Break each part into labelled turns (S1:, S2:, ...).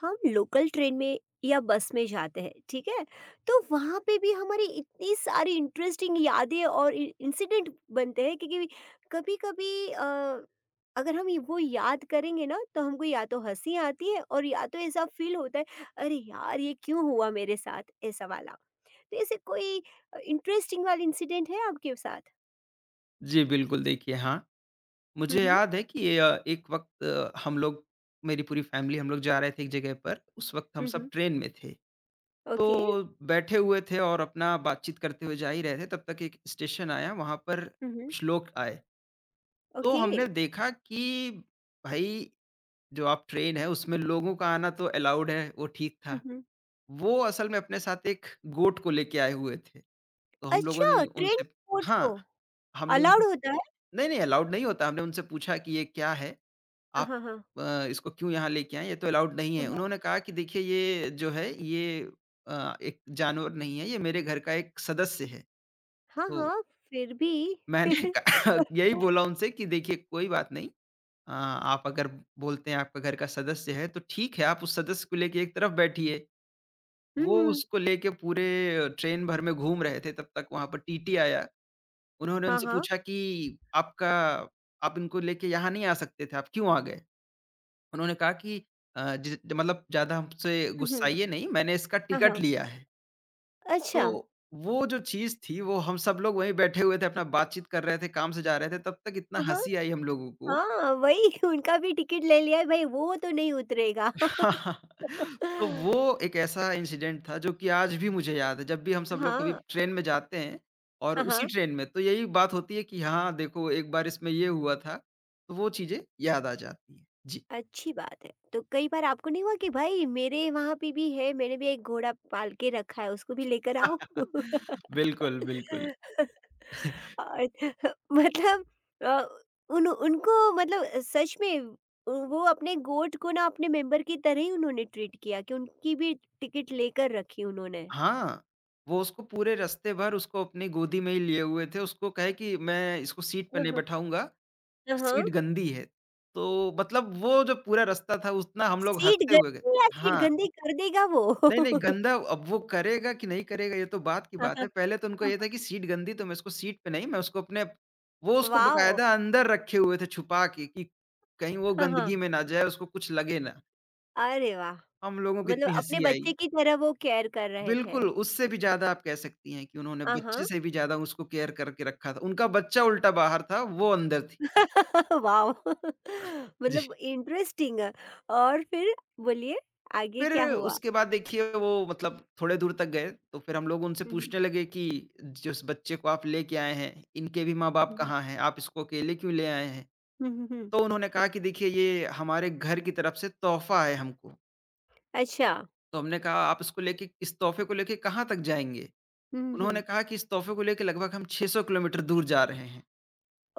S1: हम local train में या बस में जाते हैं, ठीक है? तो वहाँ पे भी हमारी इतनी सारी इंटरेस्टिंग यादें और इंसिडेंट बनते हैं, क्योंकि कभी कभी अगर हम वो याद करेंगे ना, तो हमको या तो हंसी आती है और या तो ऐसा फील होता है, अरे यार, ये क्यों हुआ मेरे साथ ऐसा वाला। तो ऐसे कोई इंटरेस्टिंग वाला इंसिडेंट है आपके साथ?
S2: जी, बिल्कुल देखिए, हाँ। मुझे
S1: हम्म।
S2: याद है कि एक वक़्त हम लोग मेरी पूरी फ़ैमिली हम लोग जा रहे थे एक जगह पर, उस वक़्त हम सब
S1: हम्म।
S2: ट्रेन में थे।
S1: ओके।
S2: तो बैठे हुए थे और अपना बातचीत करते हुए जा ही रहे थे, तब तक एक स्टेशन आया, वहाँ पर
S1: हम्म।
S2: कुछ लोग आए। तो
S1: ओके।
S2: हमने देखा कि भाई, जो आप ट्रेन है, उसमें लोगों का आना तो अलाउड है, वो ठीक था।
S1: हम्म।
S2: वो असल में अपने साथ एक गोट को लेके आए हुए थे। तो हम लोगों
S1: अच्छा,
S2: ने
S1: ट्रेन
S2: उनसे
S1: कोच को
S2: हाँ, हमने उनसे
S1: अलाउड होता?
S2: नहीं, नहीं अलाउड नहीं होता। हमने उनसे पूछा कि ये क्या है?
S1: हाँ,
S2: आप
S1: हाँ, हाँ।
S2: इसको क्यों यहाँ लेके आए? ये तो अलाउड नहीं
S1: हाँ,
S2: है।
S1: हाँ।
S2: उन्होंने कहा कि देखिए ये जो है ये एक जानवर नहीं है, ये मेरे घर का एक सदस्य है।
S1: हाँ,
S2: तो
S1: हाँ, फिर भी।
S2: मैंने कहा यही
S1: हुँ,
S2: बोला उनसे कि देखिए कोई बात नहीं। आप अगर बोलते हैं आपका घर का सदस्य है तो ठीक है, आप उस सदस्य को लेके एक तरफ बैठिए। वो
S1: हुँ।
S2: उसको लेके पूरे ट्रेन भर में घूम रहे थे तब तक वहाँ पर टीटी आया। उन्होंने
S1: हाँ,
S2: उनसे
S1: हाँ।
S2: पूछा कि आपका आप इनको लेके यहाँ नहीं आ सकते थे, आप क्यों आ गए? उन्होंने कहा कि अ, ज मतलब ज़्यादा हमसे
S1: हुँ, हुँ।
S2: गुस्साइए नहीं, मैंने इसका
S1: हाँ,
S2: टिकट
S1: हाँ।
S2: लिया है।
S1: अच्छा।
S2: तो वो जो चीज़ थी, वो हम सब लोग वहीं बैठे हुए थे, अपना बातचीत कर रहे थे, काम से जा रहे थे, तब तक इतना
S1: हाँ, हाँ।
S2: हँसी आई हम लोगों को।
S1: हाँ, वही। उनका भी टिकट ले लिया है भई, वो तो नहीं उतरेगा।
S2: तो वो एक ऐसा इंसिडेंट था जो कि आज भी मुझे याद है। जब भी हम सब लोग कभी
S1: हाँ।
S2: ट्रेन में जाते हैं और
S1: हाँ,
S2: उसी
S1: हाँ।
S2: ट्रेन में तो यही बात होती है कि हाँ, देखो एक बार इसमें ये हुआ था, तो वो चीज़ें याद आ जाती हैं। जी।
S1: अच्छी बात है। तो कई बार आपको नहीं हुआ कि भाई, मेरे वहाँ पे भी है, मैंने भी एक घोड़ा पाल के रखा है, उसको भी लेकर आओ?
S2: बिल्कुल, बिल्कुल।
S1: और मतलब अ, उन उनको सच में वो अपने गोट को ना अपने मेंबर की तरह ही उन्होंने ट्रीट किया कि उनकी भी टिकट लेकर रखी उन्होंने।
S2: हाँ, वो उसको पूरे रास्ते भर उसको अपनी गोदी में ही लिए हुए थे। उसको कहे कि मैं इसको सीट पे
S1: हाँ,
S2: नहीं
S1: हाँ।
S2: बैठाऊँगा,
S1: हाँ, हाँ।
S2: सीट गंदी है। तो मतलब वो जो पूरा रास्ता था उतना हम लोग
S1: सीट
S2: हँसते हुए गए।
S1: गंदी या सीट
S2: हाँ।
S1: गंदी कर देगा वो?
S2: नहीं, नहीं गंदा अब वो करेगा कि नहीं करेगा ये तो बात की
S1: हाँ,
S2: बात
S1: हाँ।
S2: है। पहले तो उनको
S1: हाँ,
S2: ये
S1: हाँ।
S2: था कि सीट गंदी तो मैं इसको सीट पे नहीं मैं उसको अपने वो उसको
S1: वाओ!
S2: बकायदा अंदर रखे हुए थे छुपा के कि कहीं वो
S1: हाँ, हाँ।
S2: गंदगी में ना जाए, उसको कुछ लगे ना।
S1: अरे वाह!
S2: हम लोगों को
S1: मतलब
S2: इतनी
S1: अपने
S2: हँसी
S1: बच्चे
S2: आई।
S1: की तरह वो केयर कर रहे थे।
S2: बिल्कुल, उससे भी ज़्यादा आप कह सकती हैं कि उन्होंने
S1: आ,
S2: बच्चे
S1: हाँ।
S2: से भी ज़्यादा उसको केयर करके रखा था। उनका बच्चा उल्टा बाहर था, वो अंदर थी।
S1: वाओ!
S2: जी।
S1: मतलब इंटरेस्टिंग। और फिर बोलिए आगे
S2: फिर
S1: क्या हुआ?
S2: उसके बाद देखिए वो मतलब थोड़े दूर तक गए, तो फिर हम लोग उनसे
S1: हुँ, हुँ,
S2: पूछने लगे कि जिस बच्चे को आप लेके आए हैं, इनके भी माँ-बाप
S1: हुँ, हुँ,
S2: कहाँ हैं? आप इसको अकेले क्यों ले आए हैं?
S1: हुँ, हुँ, हुँ।
S2: तो उन्होंने कहा कि देखिए ये हमारे घर की तरफ से तोहफ़ा है हमको।
S1: अच्छा।
S2: तो हमने कहा आप इसको लेके इस तोहफ़े को लेके कहाँ तक जाएँगे?
S1: हुँ, हुँ,
S2: उन्होंने
S1: हुँ।
S2: कहा कि इस तोहफ़े को लेके लगभग हम 600 किलोमीटर दूर जा रहे हैं।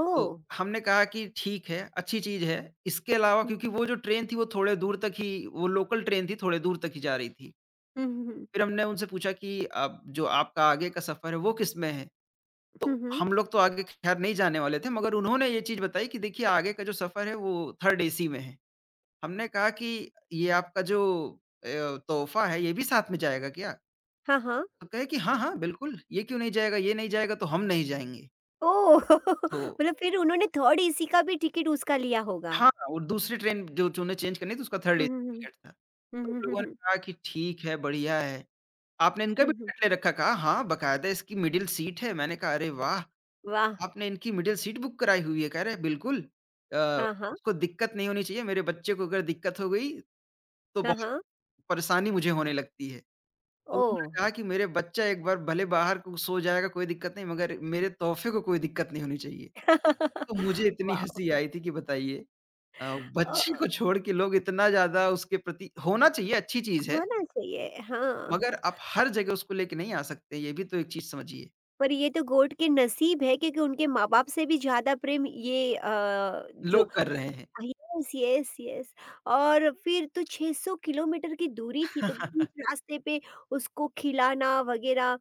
S1: ओह!
S2: तो हमने कहा कि ठीक है, अच्छी चीज़ है। इसके अलावा
S1: हुँ,
S2: क्योंकि वो जो ट्रेन थी वो थोड़े दूर तक ही वो लोकल ट्रेन थी, थोड़े दूर तक ही जा रही थी।
S1: हुँ, हुँ, हुँ,
S2: फिर हमने उनसे पूछा कि अब जो आपका आगे का सफ़र है वो किसमें है? तो
S1: हुँ, हुँ।
S2: हम लोग तो आगे ख़ैर नहीं जाने वाले थे मगर उन्होंने ये चीज़ बताई कि देखिए आगे का जो सफ़र है वो 3rd एसी में है। हमने कहा कि ये आपका जो अ, तोहफ़ा है ये भी साथ में जाएगा क्या?
S1: हाँ, हाँ।
S2: तो कहे कि हाँ, हाँ, बिल्कुल, ये क्यों नहीं जाएगा? ये नहीं जाएगा तो हम नहीं जाएँगे।
S1: ओह!
S2: तो
S1: मतलब फिर उन्होंने थर्ड एसी का भी टिकट उसका लिया होगा।
S2: हाँ, हाँ, और दूसरी ट्रेन जो उन्हें चेंज करनी थी उसका 3rd
S1: हुँ,
S2: एसी
S1: हुँ, हुँ,
S2: टिकट था।
S1: हुँ,
S2: तो उन
S1: हुँ, हुँ,
S2: लोगों ने
S1: हुँ,
S2: कहा कि ठीक है, बढ़िया है। आपने इनका भी
S1: हुँ, हुँ।
S2: टिकट ले रखा? कहा हाँ, बकायदा इसकी मिडल सीट है। मैंने कहा अरे वाह!
S1: वाह!
S2: आपने इनकी मिडल सीट बुक कराई हुई है? कह रहे बिल्कुल अ,
S1: हाँ, हाँ,
S2: उसको दिक्कत नहीं होनी चाहिए, मेरे बच्चे को अगर दिक्कत हो गई तो
S1: हाँ,
S2: बहुत
S1: हाँ।
S2: परेशानी मुझे होने लगती है। तो
S1: ओह!
S2: उन्होंने कहा कि मेरे बच्चा एक बार भले बाहर को सो जाएगा कोई दिक्कत नहीं मगर मेरे तोहफ़े को कोई दिक्कत नहीं होनी चाहिए।
S1: वाओ!
S2: तो मुझे इतनी हँसी आई थी कि बताइए बच्चे
S1: अ,
S2: को छोड़ के लोग इतना ज़्यादा उसके प्रति होना चाहिए अच्छी चीज़ है,
S1: होना चाहिए। हाँ।
S2: मगर आप हर जगह उसको लेके नहीं आ सकते, ये भी तो एक चीज़ समझिए।
S1: पर ये तो गोट के नसीब है, क्योंकि उनके माँ-बाप से भी ज़्यादा प्रेम ये जो
S2: लोग कर रहे हैं।
S1: Yes, yes, yes. और फिर तो 600 किलोमीटर की दूरी थी, तो बीच रास्ते पे उसको खिलाना वगैरह,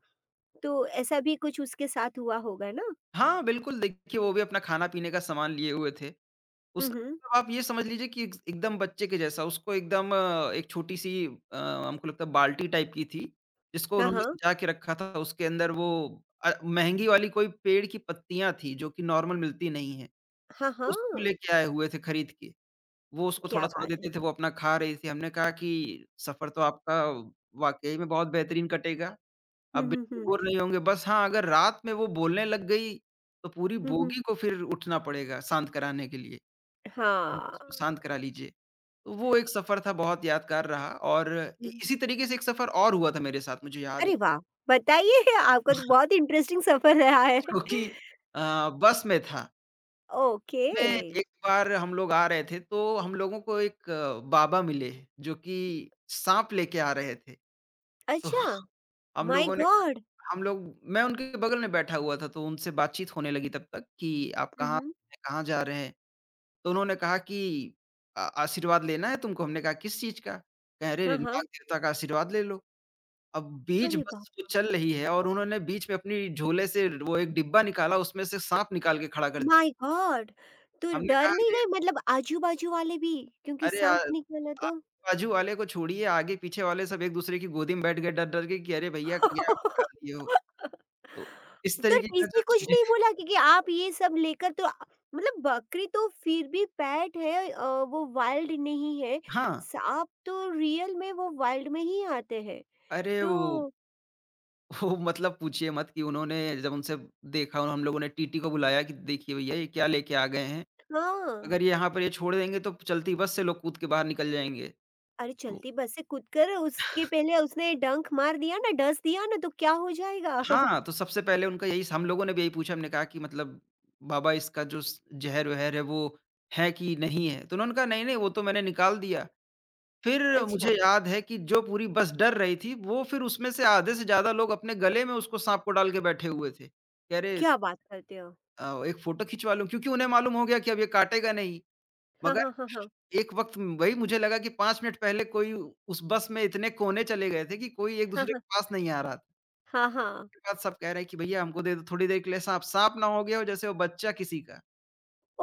S1: तो ऐसा भी कुछ उसके साथ हुआ होगा ना?
S2: हाँ, बिल्कुल देखिए वो भी अपना खाना-पीने का सामान लिए हुए थे।
S1: हुँ,
S2: उसका
S1: हुँ।
S2: मतलब आप ये समझ लीजिए कि एक एकदम बच्चे के जैसा उसको एकदम एक छोटी-सी हमको लगता है बाल्टी टाइप की थी, जिसको
S1: हाँ,
S2: उन्होंने
S1: हाँ।
S2: सजा के रखा था उसके अंदर वो महँगी वाली कोई पेड़ की पत्तियाँ थी जो कि नॉर्मल मिलती नहीं है,
S1: हाँ,
S2: उसको
S1: हाँ।
S2: लेके आए हुए थे खरीद के। वो उसको
S1: क्या
S2: थोड़ा-थोड़ा
S1: बात है।
S2: देते थे, वो अपना खा रही थी। हमने कहा कि सफ़र तो आपका वाक़ई में बहुत बेहतरीन कटेगा,
S1: हुँ,
S2: आप
S1: हुँ,
S2: बिल्कुल
S1: हुँ।
S2: बोर नहीं होंगे। बस हाँ, अगर रात में वो बोलने लग गई, तो पूरी
S1: हुँ, हुँ।
S2: बोगी को फिर उठना पड़ेगा शांत कराने के लिए। या
S1: हाँ।
S2: इसको शांत करा लीजिए। तो वो एक सफ़र था बहुत यादगार रहा और इ
S1: हुँ।
S2: इसी तरीके से एक सफ़र और हुआ था मेरे साथ मुझे याद है,
S1: अरे वाह! बताइए। आपका तो बहुत इंटरेस्टिंग सफ़र रहा है।
S2: जो कि बस में था।
S1: ओके।
S2: मैं एक बार हम लोग आ रहे थे तो हम लोगों को एक बाबा मिले जो कि साँप लेके आ रहे थे। तो
S1: अच्छा,
S2: हम
S1: माय
S2: लोगों ने
S1: गॉड!
S2: कहा हम लोग मैं उनके बगल में बैठा हुआ था तो उनसे बातचीत होने लगी तब तक कि आप
S1: हुँ,
S2: कहाँ
S1: हुँ।
S2: से कहाँ जा रहे हैं? तो उन्होंने कहा कि आशीर्वाद लेना है तुमको? हमने कहा किस चीज़ का? कह
S1: हाँ,
S2: रहे,
S1: हाँ।
S2: "नाग देवता का आशीर्वाद ले लो।" अब बीच
S1: अरे बाप!
S2: बस वो चल रही है और उन्होंने बीच में अपनी झोले से वो एक डिब्बा निकाला, उसमें से साँप निकाल के खड़ा कर दिया।
S1: My god! तो
S2: हमने
S1: डर
S2: कहा
S1: नहीं
S2: अरे!
S1: गए मतलब आजू-बाजू वाले भी, क्योंकि
S2: अरे
S1: साँप
S2: यार,
S1: निकला तो?
S2: आजू-बाजू वाले को छोड़िए, आगे-पीछे वाले सब एक-दूसरे की गोदी में बैठ गए डर-डर के कि अरे भैया क्या आप निकाल दिए हो? तो इस
S1: तो
S2: तरीके का
S1: किसी
S2: जो
S1: कुछ नहीं
S2: चीज़ें
S1: बोला, क्योंकि आप ये सब लेकर तो आ- मतलब बकरी तो फिर भी पेट है, वो वाइल्ड नहीं है।
S2: हाँ,
S1: साँप तो रियल में वो वाइल्ड में ही आते हैं।
S2: अरे वो
S1: तो
S2: वो मतलब पूछिए मत कि उन्होंने जब उनसे देखा और हम लोगों ने टीटी को बुलाया कि देखिए भैया ये क्या लेके आ गए हैं?
S1: हाँ,
S2: अगर ये यहाँ पर ये छोड़ देंगे तो चलती बस से लोग कूद के बाहर निकल जाएँगे।
S1: अरे
S2: तो
S1: चलती बस से कूदकर उसके पहले उसने डंक मार दिया ना, डस दिया ना, तो क्या हो जाएगा?
S2: हाँ, तो सबसे पहले उनका यही स हम लोगों ने भी यही पूछा, हमने कहा कि मतलब बाबा इसका जो स ज़हर-वहर है वो है कि नहीं है? तो उन्होंने कहा नहीं-नहीं वो तो मैंने निकाल दिया। फिर मुझे
S1: अच्छा,
S2: याद है कि जो पूरी बस डर रही थी, वो फिर उसमें से आधे से ज़्यादा लोग अपने गले में उसको साँप को डाल के बैठे हुए थे। कि अरे
S1: क्या बात करते हो?
S2: एक फ़ोटो खिंचवा लूँ क्योंकि उन्हें मालूम हो गया कि अब ये काटेगा नहीं।
S1: हाँ,
S2: मगर
S1: हाँ, हाँ, हाँ।
S2: एक वक़्त वही मुझे लगा कि 5 मिनट पहले कोई उस बस में इतने कोने चले गए थे कि कोई
S1: हाँ,
S2: एक-दूसरे के
S1: हाँ।
S2: पास नहीं आ रहा था।
S1: हाँ, हाँ।
S2: उसके बाद सब कह रहे हैं कि भैया हमको दे दो थोड़ी देर के लिए साँप, साँप ना हो गया हो जैसे वो बच्चा किसी का।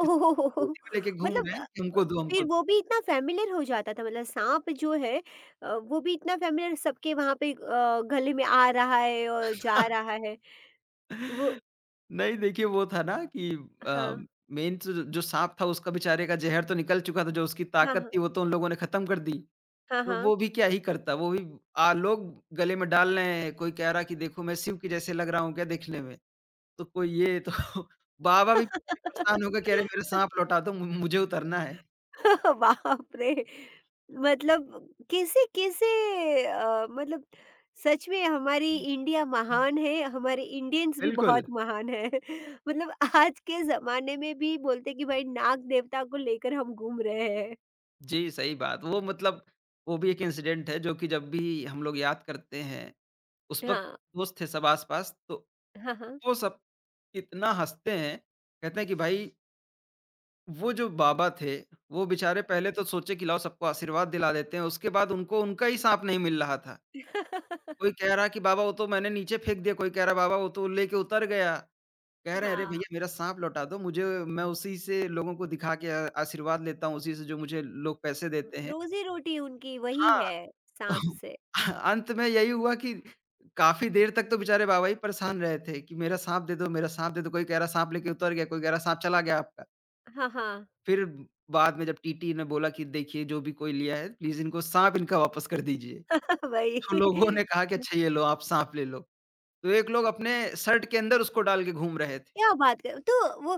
S2: किस गोदी में लेके घूम
S1: मतलब
S2: रहे
S1: अ
S2: हैं कि
S1: अ,
S2: हमको दो, हमको
S1: फिर
S2: दो।
S1: वो भी इतना फ़ैमिलियर हो जाता था, मतलब साँप जो है, वो भी इतना फ़ैमिलियर सबके वहाँ पे गले में आ रहा है और जा रहा है। वो
S2: नहीं देखिए वो था ना कि अ,
S1: हाँ।
S2: मेन तो ज जो साँप था उसका बेचारे का ज़हर तो निकल चुका था, जो उसकी
S1: हाँ,
S2: ताकत
S1: हाँ।
S2: थी वो तो उन लोगों ने ख़त्म कर दी।
S1: हाँ,
S2: तो
S1: हाँ।
S2: वो भी क्या ही करता, वो भी आ लोग गले में डाल रहे हैं, कोई कह रहा है कि देखो मैं शिव के जैसे लग रहा हूँ क्या देखने में? तो कोई ये तो बाबा भी बेचारे परेशान हो गए, कह रहे मेरा साँप लौटा दो मु मुझे उतरना है।
S1: बाप रे! मतलब कैसे-कैसे मतलब सच में हमारी इंडिया महान है, हमारे इंडियंस भी
S2: बिल्कुल।
S1: बहुत महान है। मतलब आज के ज़माने में भी बोलते हैं कि भाई, नाग देवता को लेकर हम घूम रहे हैं।
S2: जी, सही बात। वो मतलब वो भी एक इंसिडेंट है जो कि जब भी हम लोग याद करते हैं, उस वक़्त
S1: हाँ।
S2: दोस्त थे सब आस-पास, तो
S1: हाँ, हाँ।
S2: वो सब इतना हँसते हैं, कहते हैं कि भाई वो जो बाबा थे, वो बेचारे
S1: हाँ,
S2: पहले
S1: हाँ।
S2: तो सोचे कि लाओ सबको आशीर्वाद दिला देते हैं, उसके बाद उनको उनका ही साँप नहीं मिल रहा था। कोई कह रहा कि बाबा वो तो मैंने नीचे फेंक दिया, कोई कह रहा बाबा वो तो लेके उतर गया। कह रहे हैं, "अरे
S1: हाँ,
S2: भैया मेरा साँप लौटा दो, मुझे मैं उसी से लोगों को दिखा के आशीर्वाद लेता हूँ, उसी से जो मुझे लोग पैसे देते हैं।"
S1: रोज़ी-रोटी उनकी वही
S2: हाँ।
S1: है, साँप से।
S2: तो अंत में यही हुआ कि काफ़ी देर तक तो बेचारे बाबा जी परेशान रहे थे कि मेरा साँप दे दो, मेरा साँप दे दो। कोई कह रहा साँप लेके उतर गया, कोई कह रहा साँप चला गया आपका।
S1: हाँ, हाँ।
S2: फिर बाद में जब टीटी ने बोला कि देखिए जो भी कोई लिया है प्लीज़ इनको साँप इनका वापस कर दीजिए।
S1: वही।
S2: तो लोगों ने कहा कि अच्छा ये लो आप साँप ले लो। तो एक लोग अपने शर्ट के अंदर उसको डाल के घूम रहे थे।
S1: क्या बात कर, तो वो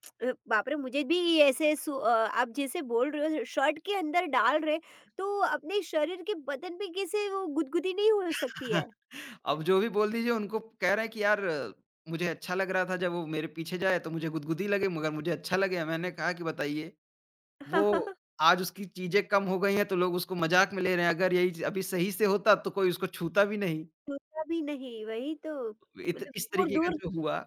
S1: बाप रे! मुझे भी ये ऐसे आप जैसे बोल रहे हो शर्ट के अंदर डाल रहे, तो अपने शरीर के बदन पे कैसे वो गुदगुदी नहीं हो सकती है?
S2: अब जो भी बोल दीजिए उनको कह रहे हैं कि यार मुझे अच्छा लग रहा था जब वो मेरे पीछे जाए तो मुझे गुदगुदी लगे मगर मुझे अच्छा लगे। मैंने कहा कि बताइए वो आज उसकी चीज़ें कम हो गई हैं तो लोग उसको मज़ाक में ले रहे हैं, अगर यही च अभी सही से होता तो कोई उसको छूता भी नहीं।
S1: होता भी नहीं, वही तो।
S2: इत
S1: मतलब
S2: इस तरीके का
S1: दूर-दूर,
S2: जो हुआ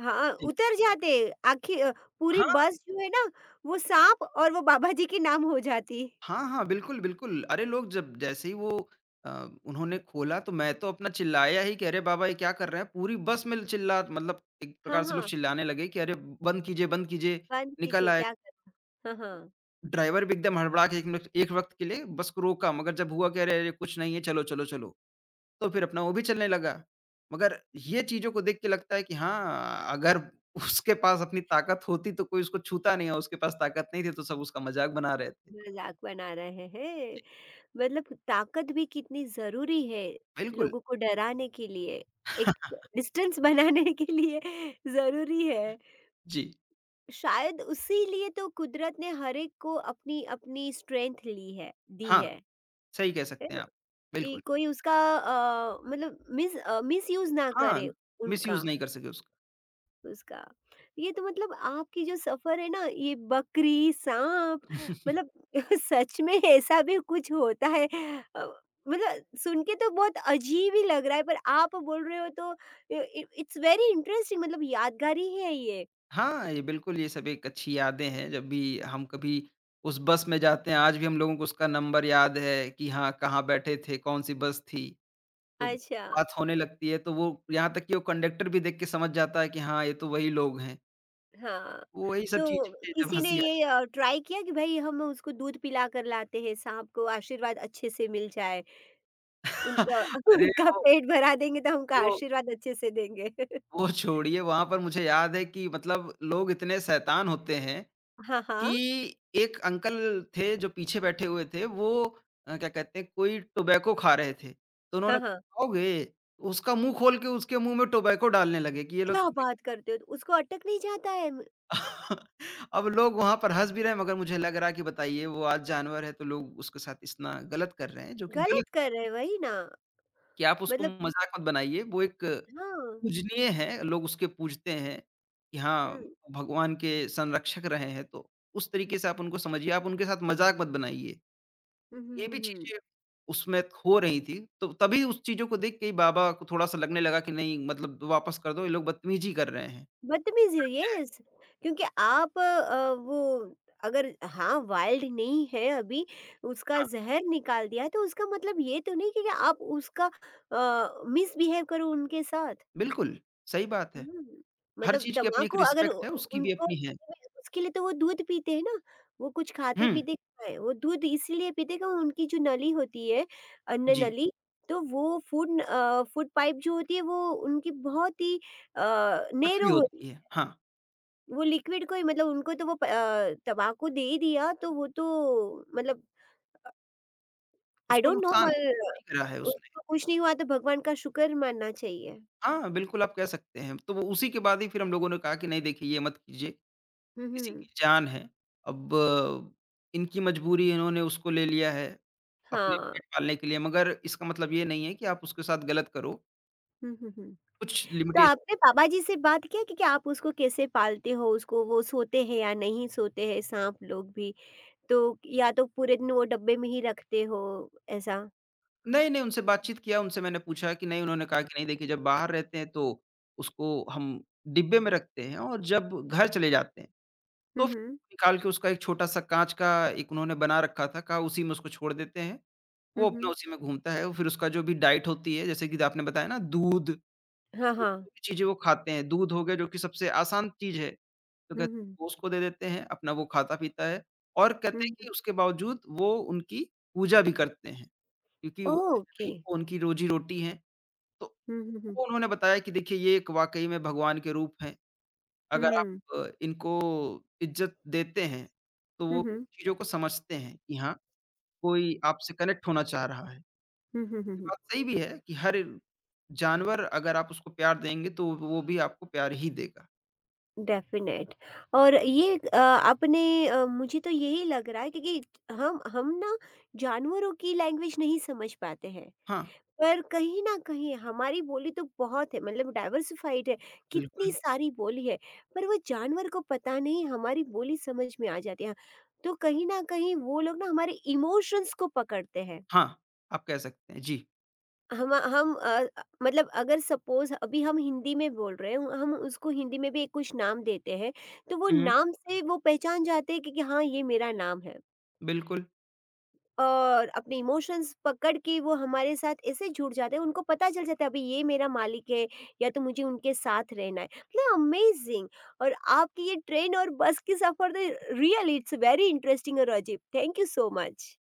S1: हाँ,
S2: जी।
S1: उतर जाते। आखिर पूरी
S2: हाँ,
S1: बस जो है ना, वो सांप और वो बाबा जी के नाम हो जाती।
S2: हाँ, हाँ, बिल्कुल, बिल्कुल। अरे लोग जब जैसे ही वो अ, उन्होंने खोला तो मैं तो अपना चिल्लाया ही कि अरे बाबा ये क्या कर रहे हैं? पूरी बस में चिल्ला मतलब एक
S1: हाँ,
S2: प्रकार से लोग
S1: हाँ,
S2: चिल्लाने लगे कि अरे बंद कीजिए,
S1: बंद
S2: निकल
S1: कीजिए,
S2: आए।
S1: क्या करना? हाँ, हाँ।
S2: ड्राइवर भी एकदम हड़बड़ा के एक मिनट एक वक़्त के लिए बस को रोका मगर जब हुआ कि अरे, अरे कुछ नहीं है चलो, चलो, चलो। तो फिर अपना वो भी चलने लगा। मगर ये चीज़ों को देख के लगता है कि हाँ, अगर उसके पास अपनी ताकत होती तो कोई उसको छूता नहीं और उसके पास ताकत नहीं थी तो सब उसका मज़ाक बना रहे थे।
S1: मज़ाक बना रहे हैं।
S2: जी,
S1: मतलब ताकत भी कितनी ज़रूरी है
S2: बिल्कुल।
S1: लोगों को डराने के लिए, एक डिस्टेंस बनाने के लिए ज़रूरी है।
S2: जी,
S1: शायद उसी लिए तो कुदरत ने हर एक को अपनी अपनी स्ट्रेंथ ली है, दी
S2: हाँ, सही कह
S1: है
S2: सकते हैं
S1: ना?
S2: आप।
S1: कि
S2: बिल्कुल।
S1: कोई उसका मिसयूज़ ना
S2: हाँ,
S1: करे उनका।
S2: मिसयूज़ नहीं कर सके उसका।
S1: उसका। ये तो मतलब आपकी जो सफ़र है ना, ये बकरी, साँप, मतलब सच में ऐसा भी कुछ होता है? अ, मतलब सुन के तो बहुत अजीब ही लग रहा है, पर आप बोल रहे हो तो इ इ इट्स वेरी इंटरेस्टिंग, मतलब यादगार ही है ये।
S2: हाँ, ये बिल्कुल ये सब एक अच्छी यादें हैं जब भी हम कभी उस बस में जाते हैं, आज भी हम लोगों को उसका नंबर याद है कि हाँ, कहाँ बैठे थे, कौन-सी बस थी। तो
S1: अच्छा,
S2: बात होने लगती है, तो वो यहाँ तक कि वो कंडक्टर भी देख के समझ जाता है कि हाँ, ये तो वही लोग हैं।
S1: हाँ।
S2: वही सब
S1: तो
S2: चीज़ें जब
S1: किसी ने
S2: हँसी आती
S1: ये ट्राई किया कि भई हम उसको दूध पिलाकर लाते हैं, साँप को आशीर्वाद अच्छे से मिल जाए। उनका
S2: अरे!
S1: उनका पेट भरा देंगे तो हमको
S2: वो
S1: आशीर्वाद अच्छे से देंगे।
S2: वो छोड़िए, वहाँ पर मुझे याद है कि मतलब लोग इतने शैतान होते हैं
S1: हाँ,
S2: कि
S1: हाँ।
S2: एक अंकल थे जो पीछे बैठे हुए थे, वो क्या कहते हैं, कोई टोबैको खा रहे थे। तो
S1: हाँ,
S2: उन्होंने
S1: हाँ।
S2: "खाओगे?" उसका मुँह खोल के उसके मुँह में टोबैको डालने लगे कि ये लो
S1: क्या
S2: तुम भी
S1: बात करते हो? तो उसको अटक नहीं जाता है? म
S2: अब लोग वहाँ पर हँस भी रहे हैं मगर मुझे लग रहा है कि बताइए वो आज जानवर है तो लोग उसके साथ इतना गलत कर रहे हैं जो कि
S1: गलत
S2: गलत
S1: कर रहे हैं, वही ना।
S2: कि आप उसको
S1: मतलब
S2: मज़ाक मत बनाइए। वो एक
S1: हाँ।
S2: पूजनीय है, लोग उसके पूजते हैं कि
S1: हुँ।
S2: हाँ, भगवान के संरक्षक रहे हैं तो उस तरीके से आप उनको समझिए, आप उनके साथ मज़ाक मत बनाइए। तो
S1: हुँ, हुँ,
S2: ये
S1: हुँ,
S2: भी
S1: हुँ।
S2: चीज़ें उसमें हो रही थी, तो तभी उस चीज़ों को देख के ही बाबा को थोड़ा-सा लगने लगा कि नहीं मतलब वापस कर दो, ये लोग बदतमीज़ी कर रहे हैं।
S1: बदतमीज़ी है, येस, क्योंकि आप वो, अगर हाँ, वाइल्ड नहीं है अभी, उसका
S2: हाँ,
S1: ज़हर निकाल दिया है, तो उसका मतलब ये तो नहीं कि आप उसका मिसबिहेव करो उनके साथ।
S2: बिल्कुल, सही बात है।
S1: हुँ,
S2: हर
S1: मतलब
S2: चीज़ की अपनी एक
S1: तम्बाकू अगर उ
S2: रिस्पेक्ट है, उसकी भी
S1: उनको,
S2: अपनी है।
S1: उसके लिए तो वो दूध पीते हैं ना, वो कुछ
S2: हुँ,
S1: खाते-पीते कहाँ है? वो दूध इसीलिए पीते क्यों उनकी जो नली होती है, अन्न
S2: जी,
S1: नली, तो वो फूड पाइप जो होती है वो उनकी बहुत ही अ,
S2: पतली
S1: नैरो होती
S2: होती है। हाँ,
S1: है, वो लिक्विड कोई मतलब उनको तो वो तम्बाकू दे ही दिया तो वो तो मतलब आई
S2: उसको
S1: डोंट नो,
S2: नुकसान
S1: मगर
S2: नहीं करा है उसने।
S1: उसको कुछ नहीं हुआ तो भगवान का शुक्र मानना चाहिए।
S2: हाँ, बिल्कुल आप कह सकते हैं। तो वो उसी के बाद ही फिर हम लोगों ने कहा कि नहीं देखिए ये मत कीजिए,
S1: हुँ,
S2: किसी
S1: हुँ।
S2: की जान है। अब इनकी मजबूरी है, इन्होंने उसको ले लिया है अपने
S1: हाँ।
S2: पेट पालने के लिए, मगर इसका मतलब ये नहीं है कि आप उसके साथ गलत करो।
S1: हुँ, हुँ, हुँ।
S2: कुछ
S1: तो
S2: लिमिटेशन
S1: आपने पापा जी से बात किया कि आप उसको कैसे पालते हो? उसको वो सोते हैं या नहीं सोते हैं साँप लोग भी? तो या तो पूरे दिन वो डब्बे में ही रखते हो ऐसा?
S2: नहीं, नहीं उनसे बातचीत किया, उनसे मैंने पूछा कि नहीं उन्होंने कहा कि नहीं देखिए जब बाहर रहते हैं तो उसको हम डिब्बे में रखते हैं और जब घर चले जाते हैं
S1: हुँ,
S2: तो फिर
S1: हुँ।
S2: निकाल के उसका एक छोटा-सा काँच का एक उन्होंने बना रखा था, कहा उसी में उसको छोड़ देते हैं, वो
S1: हुँ,
S2: अपना
S1: हुँ।
S2: उसी में घूमता है और फिर उसका जो भी डाइट होती है, जैसे कि आपने बताया ना दूध,
S1: हाँ,
S2: ये
S1: हाँ।
S2: जो भी चीज़ें वो खाते हैं, दूध हो गया जो कि सबसे आसान चीज़ है, तो कहते
S1: हुँ,
S2: हैं
S1: हुँ।
S2: वो उसको दे देते हैं, अपना वो खाता-पीता है और कहते हैं
S1: हुँ।
S2: कि उसके बावजूद वो उनकी पूजा भी करते हैं, क्योंकि वो कहीं न
S1: ओके।
S2: कहीं वो उनकी रोज़ी-रोटी है। तो
S1: हुँ, हुँ, हुँ।
S2: वो उन्होंने बताया कि देखिए ये एक वाक़ई में भगवान के रूप हैं। अगर आप
S1: हुँ।
S2: इनको इज़्ज़त देते हैं, तो
S1: हुँ,
S2: वो भी
S1: हुँ।
S2: चीज़ों को समझते हैं कि हाँ, कोई आपसे कनेक्ट होना चाह रहा है।
S1: हुँ, हुँ, हुँ,
S2: ये
S1: हुँ।
S2: बात सही भी है कि हर जानवर अगर आप उसको प्यार देंगे, तो वो भी आपको प्यार ही देगा।
S1: डेफ़िनेट। और ये मुझे तो यही लग रहा है, क्योंकि हम ना जानवरों की लैंग्वेज नहीं समझ पाते हैं।
S2: हाँ,
S1: पर कहीं न कहीं हमारी बोली तो बहुत है, मतलब डाइवर्सिफ़ाइड है, कितनी
S2: बिल्कुल।
S1: सारी बोली है, पर वो जानवर को पता नहीं हमारी बोली समझ में आ जाती है। तो कहीं न कहीं वो लोग ना हमारे इमोशंस को पकड़ते हैं।
S2: हाँ, आप कह सकते हैं। जी।
S1: हम हम अ, मतलब अगर सपोज़ अभी हम हिंदी में बोल रहे हैं, हम उसको हिंदी में भी एक कुछ नाम देते हैं, तो वो
S2: हुँ,
S1: नाम से वो पहचान जाते हैं कि हाँ, ये मेरा नाम है।
S2: बिल्कुल।
S1: और अपने इमोशंस पकड़ के वो हमारे साथ ऐसे जुड़ जाते हैं, उनको पता चल जाता है अभी ये मेरा मालिक है, या तो मुझे उनके साथ रहना है, मतलब अमेजिंग। और आपकी ये ट्रेन और बस की सफ़र तो रियल इट्स वेरी इंटरेस्टिंग और अजीब, थैंक यू सो मच।